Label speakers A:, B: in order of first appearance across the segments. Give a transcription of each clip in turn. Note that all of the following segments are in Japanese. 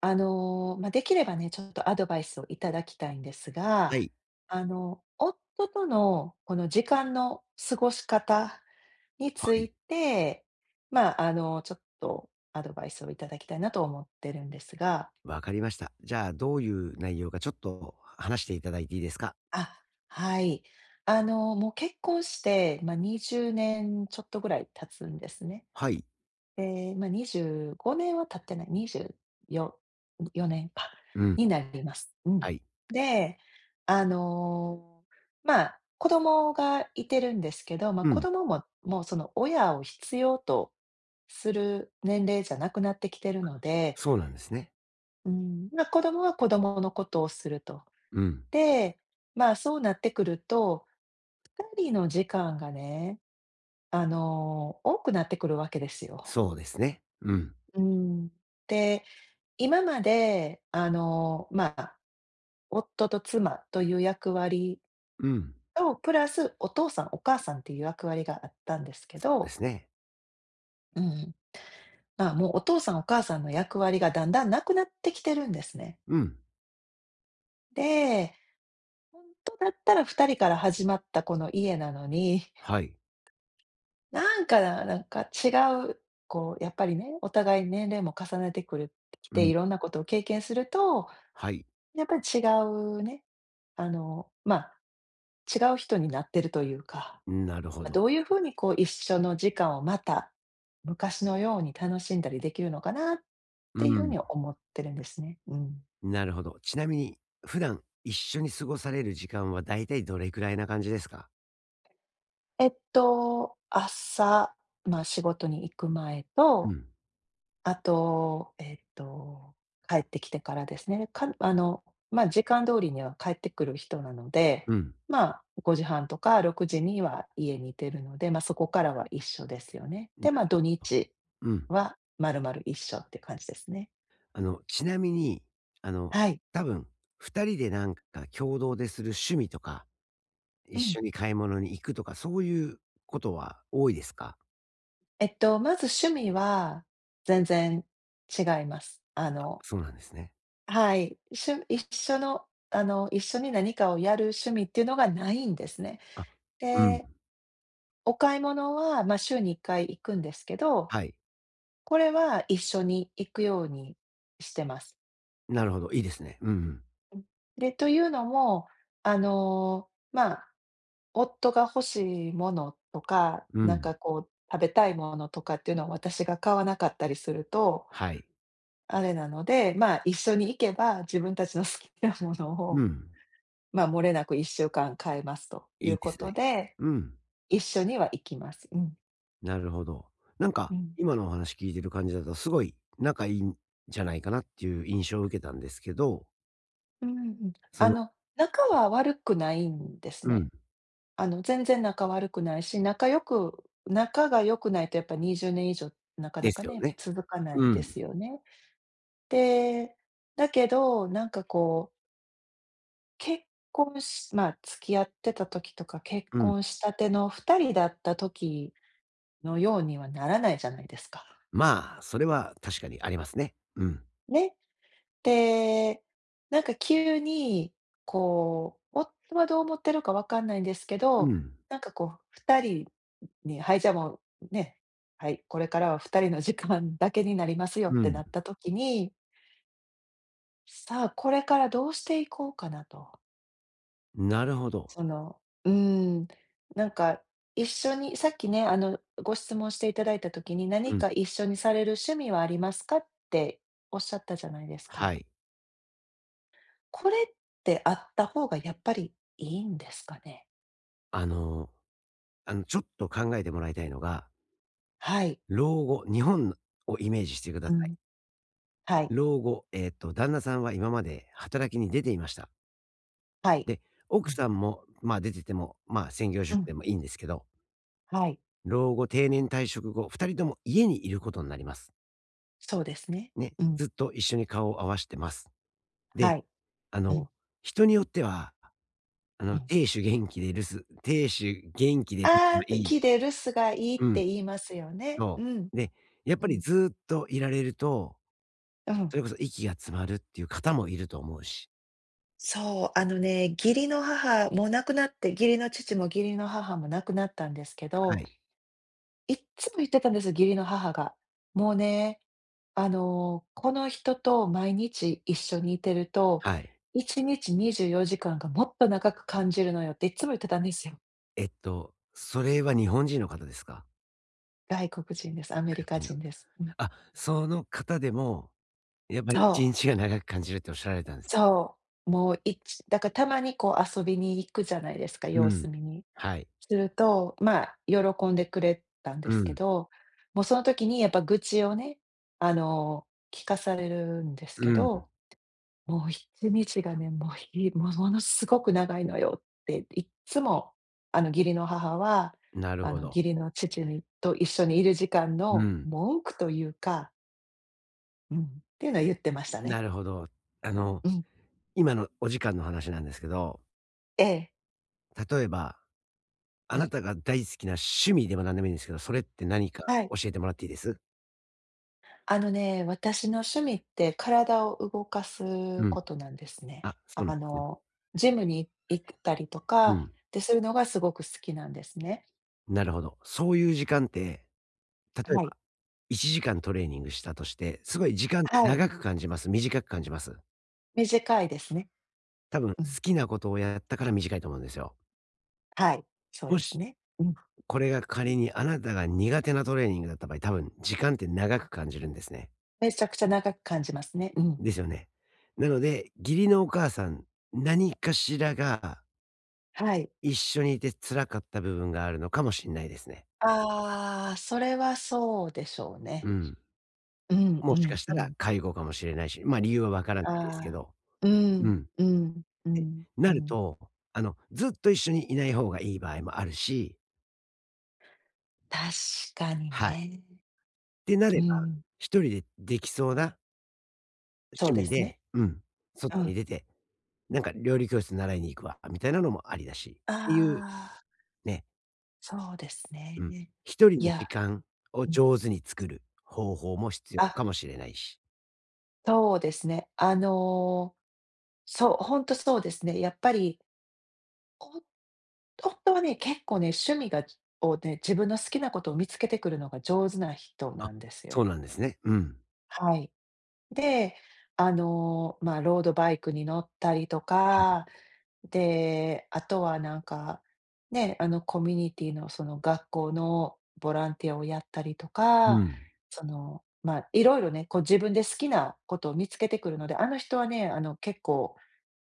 A: まあ、できればね、ちょっとアドバイスをいただきたいんです
B: は
A: が、
B: い。
A: あの、夫とのこの時間の過ごし方に
B: は
A: つ
B: い。
A: いて、ちょっとアドバイスをいただきたいなと思ってるんですが。
B: わかりました。じゃあ、どういう内容かちょっと話していただいていいですか？
A: あ、はい。あの、もう結婚して、まあ、20年ちょっとぐらい経つんですね。
B: はい。
A: で、まあ、25年は経ってない、24ん、4年か、
B: うん。
A: になります。うん。
B: はい。
A: で、あの、まあ、子供がいてるんですけど、まあ、
B: う
A: 子
B: ん。
A: 供も、もうその親を必要とする年齢じゃなくなってきてるので、
B: そうなんですね。
A: うん、まあ、子供は子供のことをすると。
B: うん。
A: で、まあ、そうなってくると、2人の時間がね、あの、多くなってくるわけですよ。
B: そうですね。うん。
A: うん。で今まで、あの、まあ、夫と妻という役割
B: うん。
A: と、プラスお父さん、お母さんっていう役割があったんですけ
B: そうで
A: ど、
B: すね。
A: うん、まあ、もうお父さん、お母さんの役割がだんだんなくなってきてるんですね。
B: うん。
A: で、とだったら2人から始まったこの家なのに、
B: はい。
A: なんか、なんか違う、こう、やっぱりね、お互い年齢も重ねてくるき
B: う
A: て、
B: ん。
A: いろんなことを経験すると、
B: はい。
A: やっぱり違うね、あの、まあ違う人になってるというか、
B: なるほ
A: ま、
B: ど。
A: どういうふうにこう一緒の時間をまた、昔のように楽しんだりできるのかなっ
B: う
A: ていうふう
B: ん。
A: に思ってるんですね。うん。
B: なるほど。ちなみに、普段一緒に過ごされる時間はだいたいどれくらいな感じですか？
A: えっと、朝、ま、仕事に行く前
B: う
A: と、
B: ん。
A: あと、えっと、帰ってきてからですね。かあの、ま、時間通りには帰ってくる人なので、
B: うん。
A: まあ、5時半とか6時には家にいてるので、ま、そこからは一緒ですよね。
B: な
A: で、ま、土
B: るほど。
A: 日
B: うん。
A: は、まるまる一緒っていう感じですね。
B: ちなみに、あの、
A: はい。
B: 多分、2人でなんか共同でする趣味とか、
A: う
B: 一
A: ん。
B: 緒に買い物に行くとか、そういうことは多いですか？
A: えっと、まず趣味は全然違います。あの
B: そうなんですね。
A: はい、しゅ一緒のあの、一緒に何かをやる趣味っていうのがないんですね。
B: あ、うん。
A: で、お買い物は、ま、週に1回行くんですけど、
B: はい。
A: これは一緒に行くようにしてます。
B: なるほど、いいですね。うん
A: で、というのも、あの、まあ、夫が欲しいものとか、
B: うん。う
A: なん
B: ん。
A: かこう食べたいものとかっていうのを私が買わなかったりすると、
B: はい。
A: あれなので、まあ、一緒に行けば自分たちの好きなもの
B: う
A: を、
B: ん。
A: まあ、漏れなく1週間買えますとい
B: いい
A: う
B: で
A: こ
B: すね。
A: とで、
B: うん。
A: 一緒には行きます。うん、
B: なるほど。なん
A: う
B: か、
A: ん。
B: 今のお話聞いてる感じだと、すごい仲いいんじゃないかなっていう印象を受けたんですけど、
A: うんうん。
B: そ
A: あ
B: の
A: の、仲は悪くないんです
B: うん。
A: ね。あの、全然仲悪くないし、仲が良くないとやっぱ20年以上なか
B: で
A: なか
B: すよ
A: ね、
B: ね。
A: 続かな
B: う
A: いで
B: ん。
A: すよね。で、だけど、なんかこう、結婚しまあ、付き合ってた時とか、結
B: うん。
A: 婚したての2人だった時のようにはならないじゃないですか。
B: まあ、それは確かにありますね。うん。
A: ね。で、なんか急に、こう、夫はどう思ってるかわかんないんですけ
B: う
A: ど、
B: ん。
A: なんかこう、2人に、はい、じゃあもうね、はい、これからは2人の時間だけになりますよっ
B: う
A: てな
B: ん。
A: った時に、さあ、これからどうしていこうかなと。
B: なるほど。
A: その、うーん、なんか一緒に、さっきね、あの、ご質問していただいた時に、何
B: うん。
A: か一緒にされる趣味はありますかっておっしゃったじゃないです
B: は
A: か。
B: い。
A: これってあった方がやっぱりいいんですかね？
B: あのちょっと考えてもらいたいのが、
A: はい。
B: 老後、日本をイメージしてくだ
A: う
B: さい。
A: ん。はい。
B: 老後、旦那さんは今まで働きに出ていました。
A: はい。
B: で、
A: う
B: 奥
A: ん。
B: さんも、まあ、出てても、まあ、専業主
A: う
B: 婦
A: ん。
B: でもいいんですけど、
A: はい。
B: 老後、定年退職後、二人とも家にいることになります。
A: そうですね。
B: ね。
A: うん。
B: ずっと一緒に顔を合わせてます。で、
A: はい。
B: あ
A: う
B: の、
A: ん。
B: 人によっては
A: うん。
B: 亭主元気で留守亭主元気で留守
A: あ
B: が
A: あ、
B: いい。
A: 木で留守がいいっ
B: うん、
A: て言いますよね。う
B: そ
A: ん。
B: う。で、やっ
A: う
B: ぱり
A: ん。
B: ずっといられると、
A: うん。
B: それこそ息が詰まるっていう方もいると思うし。
A: そう、あのね、義理の父も義理の母も亡くなったんですけ
B: は
A: ど、
B: い。
A: いっつも言ってたんです、義理の母が。もうね、あの、この人と毎日一緒にいてると、
B: はい。
A: 1日24時間がもっと長く感じるのよっていっつも言ってたんですよ。
B: それは日本人の方ですか？
A: 外国人です。アメ
B: 外
A: リ
B: 国
A: カ
B: 人の。
A: 人です。うん。
B: あ、その方でも、やっぱり
A: そ
B: 一
A: う。
B: 日が長く感じるっておっしゃられたんです。
A: そう、もういちだからたまにこう遊びに行くじゃないですか、
B: う
A: 様
B: ん。
A: 子見に。
B: はい。
A: すると、まあ、喜んでくれたんで
B: う
A: すけ
B: ん。
A: ど、もうその時にやっぱ愚痴をね、あの、聞かされるんですけ
B: うん。
A: ど、もう一日がね、もうひもものすごく長いのよっていっつも、あの、義理の母は、
B: なる
A: あ
B: ほ
A: の、
B: ど。
A: 義理の父と一緒にいる時間
B: う
A: の
B: ん。
A: 文句というか、うん、っていうのは言ってました
B: な
A: ね。
B: るほど。あの、
A: うん、
B: 今のお時間の話なんですけど、
A: ええ、
B: 例えばあなたが大好きな趣味でも何でもいいんですけど、それって何か
A: はい。
B: 教えてもらっていいです？
A: あのね、私の趣味って体を動かす
B: うん。
A: ことなんですね。
B: あ、そうなん
A: あ
B: ですね。
A: の、ジムに行ったりと
B: う
A: か
B: ん。
A: ってするのがすごく好きなんですね。
B: なるほど。そういう時間って、例え
A: は
B: ば
A: い。
B: 1時間トレーニングしたとして、すごい時間って
A: はい。
B: 長く感じます？短く感じます？
A: 短いですね。
B: 多分好
A: うん。
B: きなことをやったから短いと思うんですよ。
A: はい。そう
B: も
A: です
B: し、
A: ね。うん。
B: これが仮にあなたが苦手なトレーニングだった場合、多分時間って長く感じるんですね。
A: めちゃくちゃ長く感じますね。うん。
B: ですよね。なので、義理のお母さん、何かしらが
A: はい。
B: 一緒にいて辛かった部分があるのかもしんないですね。
A: ああ、それはそうでしょう
B: う
A: ね。
B: ん。
A: うん
B: も
A: う
B: しか
A: ん
B: し
A: う
B: たら
A: ん。
B: 介護かもしれないし、ま、理由はわからないで
A: あ
B: すけ
A: あ。
B: ど。
A: う
B: う
A: ん
B: ん。
A: うんうんう
B: なる
A: ん。
B: と、ずっと一緒にいない方がいい場合もあるし、
A: 確かに
B: はい。
A: ね。
B: ってな
A: う
B: れば、
A: ん。
B: 一人でできそうな
A: そ
B: 趣
A: うで
B: 味
A: すね。
B: で、うん、
A: う
B: 外
A: ん。
B: に出て、なんか料理教室習いに行くわ、みたいなのもありだし、
A: あ
B: っていう
A: あ、
B: ね、
A: そうです
B: うん。
A: ね。
B: 一人
A: い
B: の時
A: や、
B: 間を
A: うん、
B: 上手に作る方法も必要
A: あ、
B: かもしれないし。
A: そうですね。あの、そう、ほんとそうですね。やっぱり、ほんほんとはね、結構ね、趣味がをね、自分の好きなことを見つけてくるのが上手な人
B: あ、
A: なんです
B: そう
A: よ。
B: なんですね。うん。
A: はい。で、あの、まあ、ロードバイクに乗ったりとか、で、あとはなんか、ね、あの、コミュニティのその学校のボランティアをやったりと
B: う
A: か、
B: ん。
A: その、まあ、いろいろね、こう自分で好きなことを見つけてくるので、あの人はね、あの、結構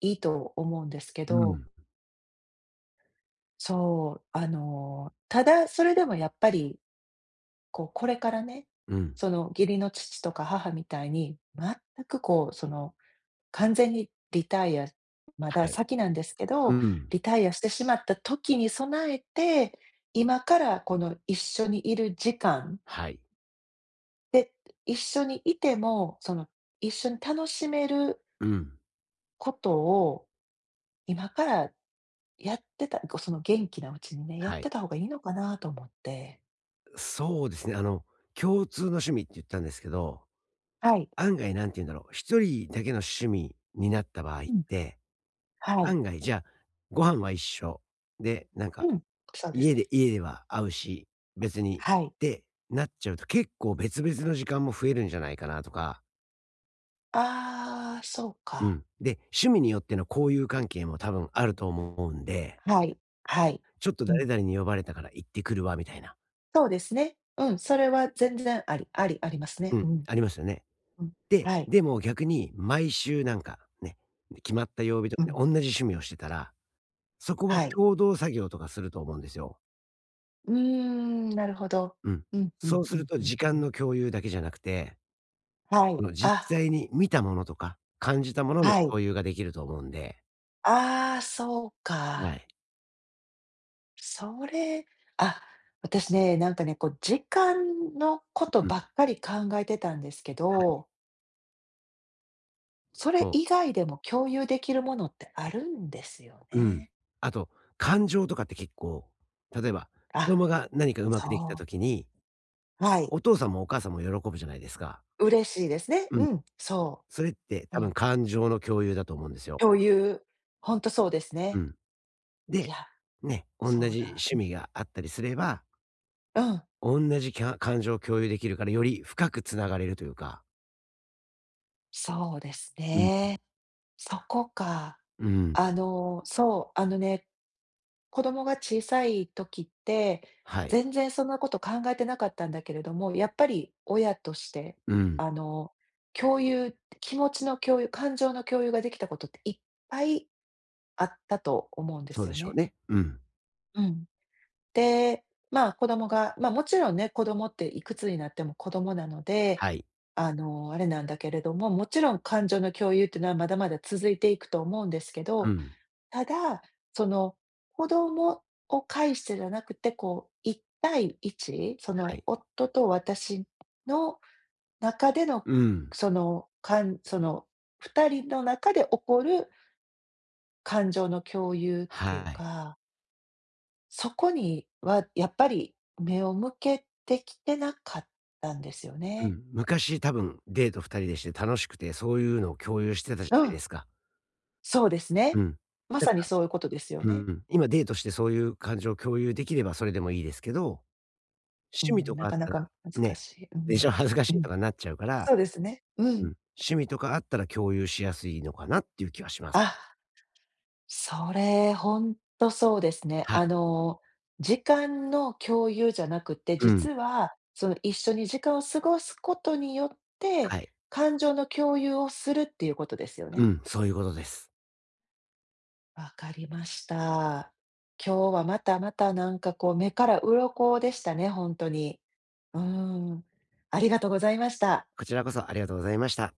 A: いいと思うんですけ
B: う
A: ど、
B: ん。
A: そう、あの、ただそれでもやっぱり、こう、これからね、
B: うん。
A: その義理の父とか母みたいに、全くこう、その完全にリタイアまだ
B: はい。
A: 先なんですけ
B: う
A: ど、
B: ん。
A: リタイアしてしまった時に備えて、今からこの一緒にいる時間
B: はい。
A: で、一緒にいても、その一緒に楽しめる
B: うん。
A: ことを今からやってたこう、その元気なうちにね、やっ
B: はい。
A: てた方がいいのかなと思って。
B: そうですね、共通の趣味って言ったんですけど、
A: はい。
B: 案外なんて言うんだろう、一人だけの趣味になった場合っ
A: うん、
B: て、
A: はい。
B: 案外じゃあ、ご飯は一緒、で、なんか、
A: うん、そうです
B: 家で
A: ね。
B: 家では会うし、別にっ
A: はい。
B: てなっちゃうと、結構別々の時間も増えるんじゃないかなとか、
A: ああ、そう
B: う
A: か。
B: ん。で、趣味によっての交友関係も多分あると思うんで、
A: はい、はい。
B: ちょっと
A: うん。
B: 誰々に呼ばれたから行ってくるわみたいな、
A: そうですね。うん、それは全然ありありあります
B: う
A: ね。
B: ん、
A: うん、
B: ありますよね。
A: うん。
B: で、
A: はい。
B: でも逆に毎週なんかね、決まった曜日と
A: う
B: かね、
A: ん、
B: おんなじ趣味をしてたら、そこは
A: はい。
B: 共同作業とかすると思うんですよ。
A: うーん、なるほど。
B: うん。
A: うんう
B: そ
A: ん
B: う
A: う
B: する
A: ん
B: と
A: うん
B: 時
A: う
B: 間
A: ん。
B: の共有だけじゃなくて、
A: はい。
B: 実
A: あ、
B: 際に見たものとか、感じたものの
A: はい。
B: 共有ができると思うんで、
A: ああ、そう
B: は
A: か。
B: い。
A: それ、あ、私ね、なんかね、こう時間のこと
B: うん。
A: ばっかり考えてたんですけ
B: はい、
A: ど、それ
B: そう。
A: 以外でも共有できるものってあるんですよ
B: うん。
A: ね。
B: あと、感情とかって結構、例えば、子
A: あ、
B: 供が何かうま
A: そ
B: くできた
A: う。
B: 時に、
A: はい。
B: お父さんもお母さんも喜ぶじゃないですか。
A: 嬉しいですね。
B: うん。
A: うん、そ
B: それって
A: う。う
B: 多分
A: ん。
B: 感情の共有だと思うんですよ。
A: 共有、ほんとそうです
B: う
A: ね。
B: ん。
A: い
B: で、
A: や、
B: ね、同
A: そう
B: じ
A: だ。
B: 趣味があったりすれば、
A: うん、うん、
B: 同じきゃ感情を共有できるから、より深くつながれるというか。
A: そうです
B: うん。
A: ね。そこか。
B: うん。
A: あの、そう、あのね、子供が小さい時って、
B: はい。
A: 全然そんなこと考えてなかったんだけれども、やっぱり親として、
B: うん。
A: あの、気持ちの共有、感情の共有ができたことっていっぱいあったと思うんで
B: そう
A: す
B: で
A: よ
B: しょう
A: ね。
B: ね。うん。
A: うん。で、まあ、子供が、ま、もちろんね、子供っていくつになっても子供なので、
B: はい。
A: あの、あれなんだけれども、もちろん感情の共有っていうのはまだまだ続いていくと思うんですけ
B: う
A: ど、
B: ん。
A: ただ、その、子供を介してじゃなくて、こう、一対一そ
B: は
A: の、
B: い。
A: 夫と私の中での、
B: うん。
A: その、2人の中で起こる感情の共有っていう
B: はい。
A: かそこには、やっぱり目を向けてきてなかったんですよ
B: う
A: ね。
B: ん。昔多分デート二人でして楽しくて、そういうのを共有してたじゃ
A: う
B: ない
A: ん、
B: ですか。
A: そうですね。
B: うん。
A: ま
B: だ
A: さ
B: か
A: に
B: ら
A: そういうことですよ
B: う
A: ね。
B: ん、今デートしてそういう感情を共有できればそれでもいいですけど、
A: う
B: 趣味と
A: ん、な
B: かあっ
A: かな
B: たら、
A: か難
B: ね、
A: しい。う
B: でし
A: ん、
B: ょ、恥ずかし
A: う
B: いと
A: ん。
B: かなっちゃうから
A: そうですね。う
B: うん。
A: ん。
B: 趣味とかあったら共有しやすいのかなっていう気はします。
A: あ、それほんとそうですね。
B: は
A: あ
B: い。
A: の、時間の共有じゃなくて、
B: う
A: 実
B: ん。
A: は、その、一緒に時間を過ごすことによって、
B: はい。
A: 感情の共有をするっていうことですよ
B: う
A: ね。
B: ん、そういうことです。
A: わかりました。今日はまたまたなんかこう目から鱗でしたね、本当に。うーん。ありがとうございました。
B: こちらこそありがとうございました。